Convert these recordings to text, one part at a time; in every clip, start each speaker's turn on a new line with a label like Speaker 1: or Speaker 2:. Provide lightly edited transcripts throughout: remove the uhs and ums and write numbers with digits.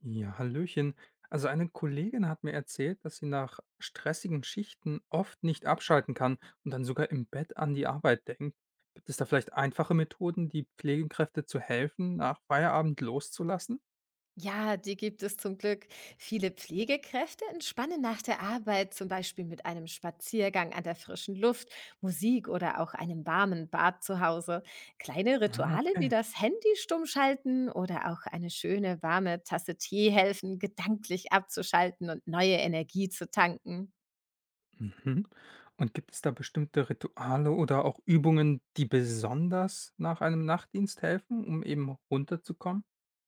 Speaker 1: Ja, hallöchen. Also eine Kollegin hat mir erzählt, dass sie nach stressigen Schichten oft nicht abschalten kann und dann sogar im Bett an die Arbeit denkt. Gibt es da vielleicht einfache Methoden, die Pflegekräfte zu helfen, nach Feierabend loszulassen?
Speaker 2: Ja, die gibt es zum Glück. Viele Pflegekräfte entspannen nach der Arbeit, zum Beispiel mit einem Spaziergang an der frischen Luft, Musik oder auch einem warmen Bad zu Hause. Kleine
Speaker 1: Ah,
Speaker 2: Rituale wie
Speaker 1: okay.
Speaker 2: das Handy stummschalten oder auch eine schöne warme Tasse Tee helfen, gedanklich abzuschalten und neue Energie zu tanken.
Speaker 1: Mhm. Und gibt es da bestimmte Rituale oder auch Übungen, die besonders nach einem Nachtdienst helfen, um eben runterzukommen?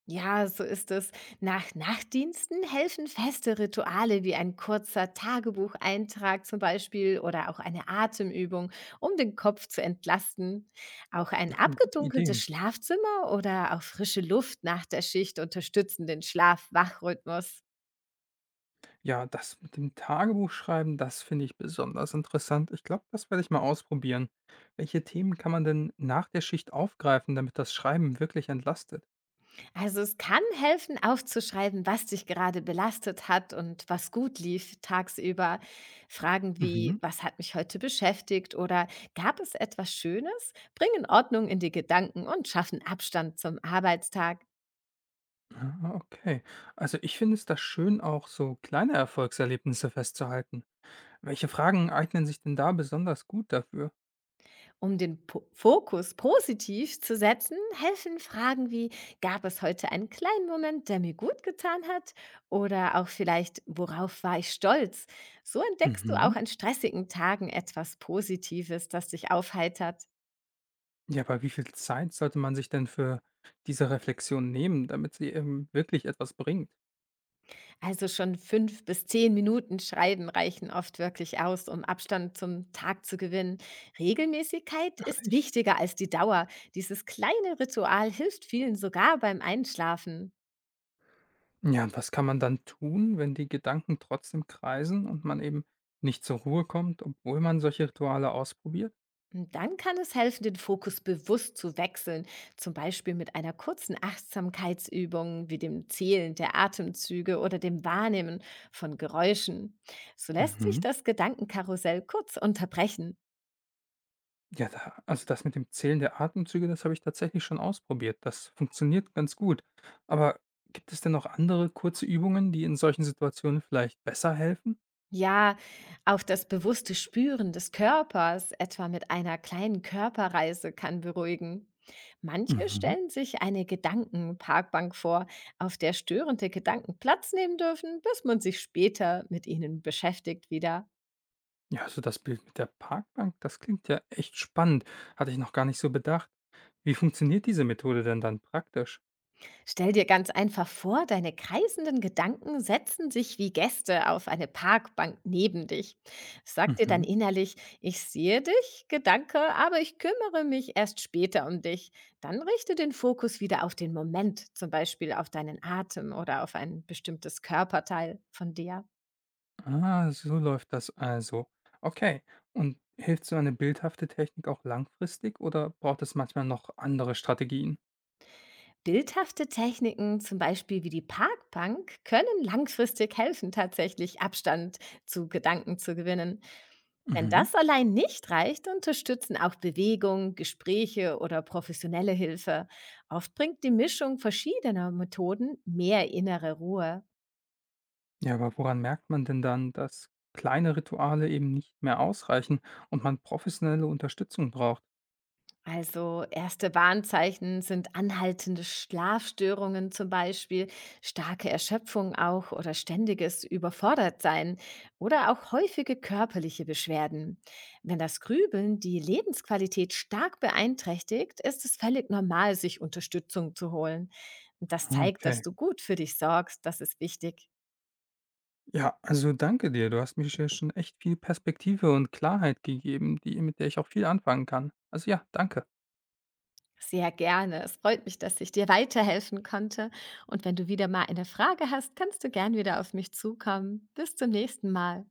Speaker 2: Ja, so ist es. Nach Nachtdiensten helfen feste Rituale wie ein kurzer Tagebucheintrag zum Beispiel oder auch eine Atemübung, um den Kopf zu entlasten. Auch ein
Speaker 1: Ah, gute
Speaker 2: abgedunkeltes
Speaker 1: Ideen.
Speaker 2: Schlafzimmer oder auch frische Luft nach der Schicht unterstützen den Schlaf-Wachrhythmus.
Speaker 1: Ja, das mit dem Tagebuchschreiben, das finde ich besonders interessant. Ich glaube, das werde ich mal ausprobieren. Welche Themen kann man denn nach der Schicht aufgreifen, damit das Schreiben wirklich entlastet?
Speaker 2: Also es kann helfen, aufzuschreiben, was dich gerade belastet hat und was gut lief tagsüber. Fragen wie,
Speaker 1: Mhm.
Speaker 2: was hat mich heute beschäftigt oder gab es etwas Schönes, bringen Ordnung in die Gedanken und schaffen Abstand zum Arbeitstag.
Speaker 1: Ah, okay. Also ich finde es da schön, auch so kleine Erfolgserlebnisse festzuhalten. Welche Fragen eignen sich denn da besonders gut dafür?
Speaker 2: Um den po Fokus positiv zu setzen, helfen Fragen wie, gab es heute einen kleinen Moment, der mir gut getan hat? Oder auch vielleicht, worauf war ich stolz? So entdeckst du
Speaker 1: Mhm.
Speaker 2: auch an stressigen Tagen etwas Positives, das dich aufheitert.
Speaker 1: Ja, aber wie viel Zeit sollte man sich denn für diese Reflexion nehmen, damit sie eben wirklich etwas bringt?
Speaker 2: Also schon 5 bis 10 Minuten Schreiben reichen oft wirklich aus, um Abstand zum Tag zu gewinnen. Regelmäßigkeit
Speaker 1: Ach
Speaker 2: ist
Speaker 1: echt?
Speaker 2: wichtiger als die Dauer. Dieses kleine Ritual hilft vielen sogar beim Einschlafen.
Speaker 1: Ja, und was kann man dann tun, wenn die Gedanken trotzdem kreisen und man eben nicht zur Ruhe kommt, obwohl man solche Rituale ausprobiert?
Speaker 2: Und dann kann es helfen, den Fokus bewusst zu wechseln, zum Beispiel mit einer kurzen Achtsamkeitsübung wie dem Zählen der Atemzüge oder dem Wahrnehmen von Geräuschen. So lässt sich
Speaker 1: Mhm.
Speaker 2: das Gedankenkarussell kurz unterbrechen.
Speaker 1: Ja, da, also das mit dem Zählen der Atemzüge, das habe ich tatsächlich schon ausprobiert. Das funktioniert ganz gut. Aber gibt es denn noch andere kurze Übungen, die in solchen Situationen vielleicht besser helfen?
Speaker 2: Ja, auch das bewusste Spüren des Körpers, etwa mit einer kleinen Körperreise, kann beruhigen. Manche
Speaker 1: Mhm.
Speaker 2: stellen sich eine Gedankenparkbank vor, auf der störende Gedanken Platz nehmen dürfen, bis man sich später mit ihnen beschäftigt wieder.
Speaker 1: Ja, also das Bild mit der Parkbank, das klingt ja echt spannend. Hatte ich noch gar nicht so bedacht. Wie funktioniert diese Methode denn dann praktisch?
Speaker 2: Stell dir ganz einfach vor, deine kreisenden Gedanken setzen sich wie Gäste auf eine Parkbank neben dich. Sag dir dann
Speaker 1: Mhm.
Speaker 2: innerlich, ich sehe dich, Gedanke, aber ich kümmere mich erst später um dich. Dann richte den Fokus wieder auf den Moment, zum Beispiel auf deinen Atem oder auf ein bestimmtes Körperteil von dir.
Speaker 1: Ah, so läuft das also. Okay. Und hilft so eine bildhafte Technik auch langfristig oder braucht es manchmal noch andere Strategien?
Speaker 2: Bildhafte Techniken, zum Beispiel wie die Parkbank, können langfristig helfen, tatsächlich Abstand zu Gedanken zu gewinnen. Wenn
Speaker 1: Mhm.
Speaker 2: das allein nicht reicht, unterstützen auch Bewegung, Gespräche oder professionelle Hilfe. Oft bringt die Mischung verschiedener Methoden mehr innere Ruhe.
Speaker 1: Ja, aber woran merkt man denn dann, dass kleine Rituale eben nicht mehr ausreichen und man professionelle Unterstützung braucht?
Speaker 2: Also erste Warnzeichen sind anhaltende Schlafstörungen zum Beispiel, starke Erschöpfung auch oder ständiges Überfordertsein oder auch häufige körperliche Beschwerden. Wenn das Grübeln die Lebensqualität stark beeinträchtigt, ist es völlig normal, sich Unterstützung zu holen. Und das
Speaker 1: Ah,
Speaker 2: zeigt, dass
Speaker 1: okay.
Speaker 2: du gut für dich sorgst, das ist wichtig.
Speaker 1: Ja, also danke dir. Du hast mir hier schon echt viel Perspektive und Klarheit gegeben, die, mit der ich auch viel anfangen kann. Also ja, danke.
Speaker 2: Sehr gerne. Es freut mich, dass ich dir weiterhelfen konnte. Und wenn du wieder mal eine Frage hast, kannst du gern wieder auf mich zukommen. Bis zum nächsten Mal.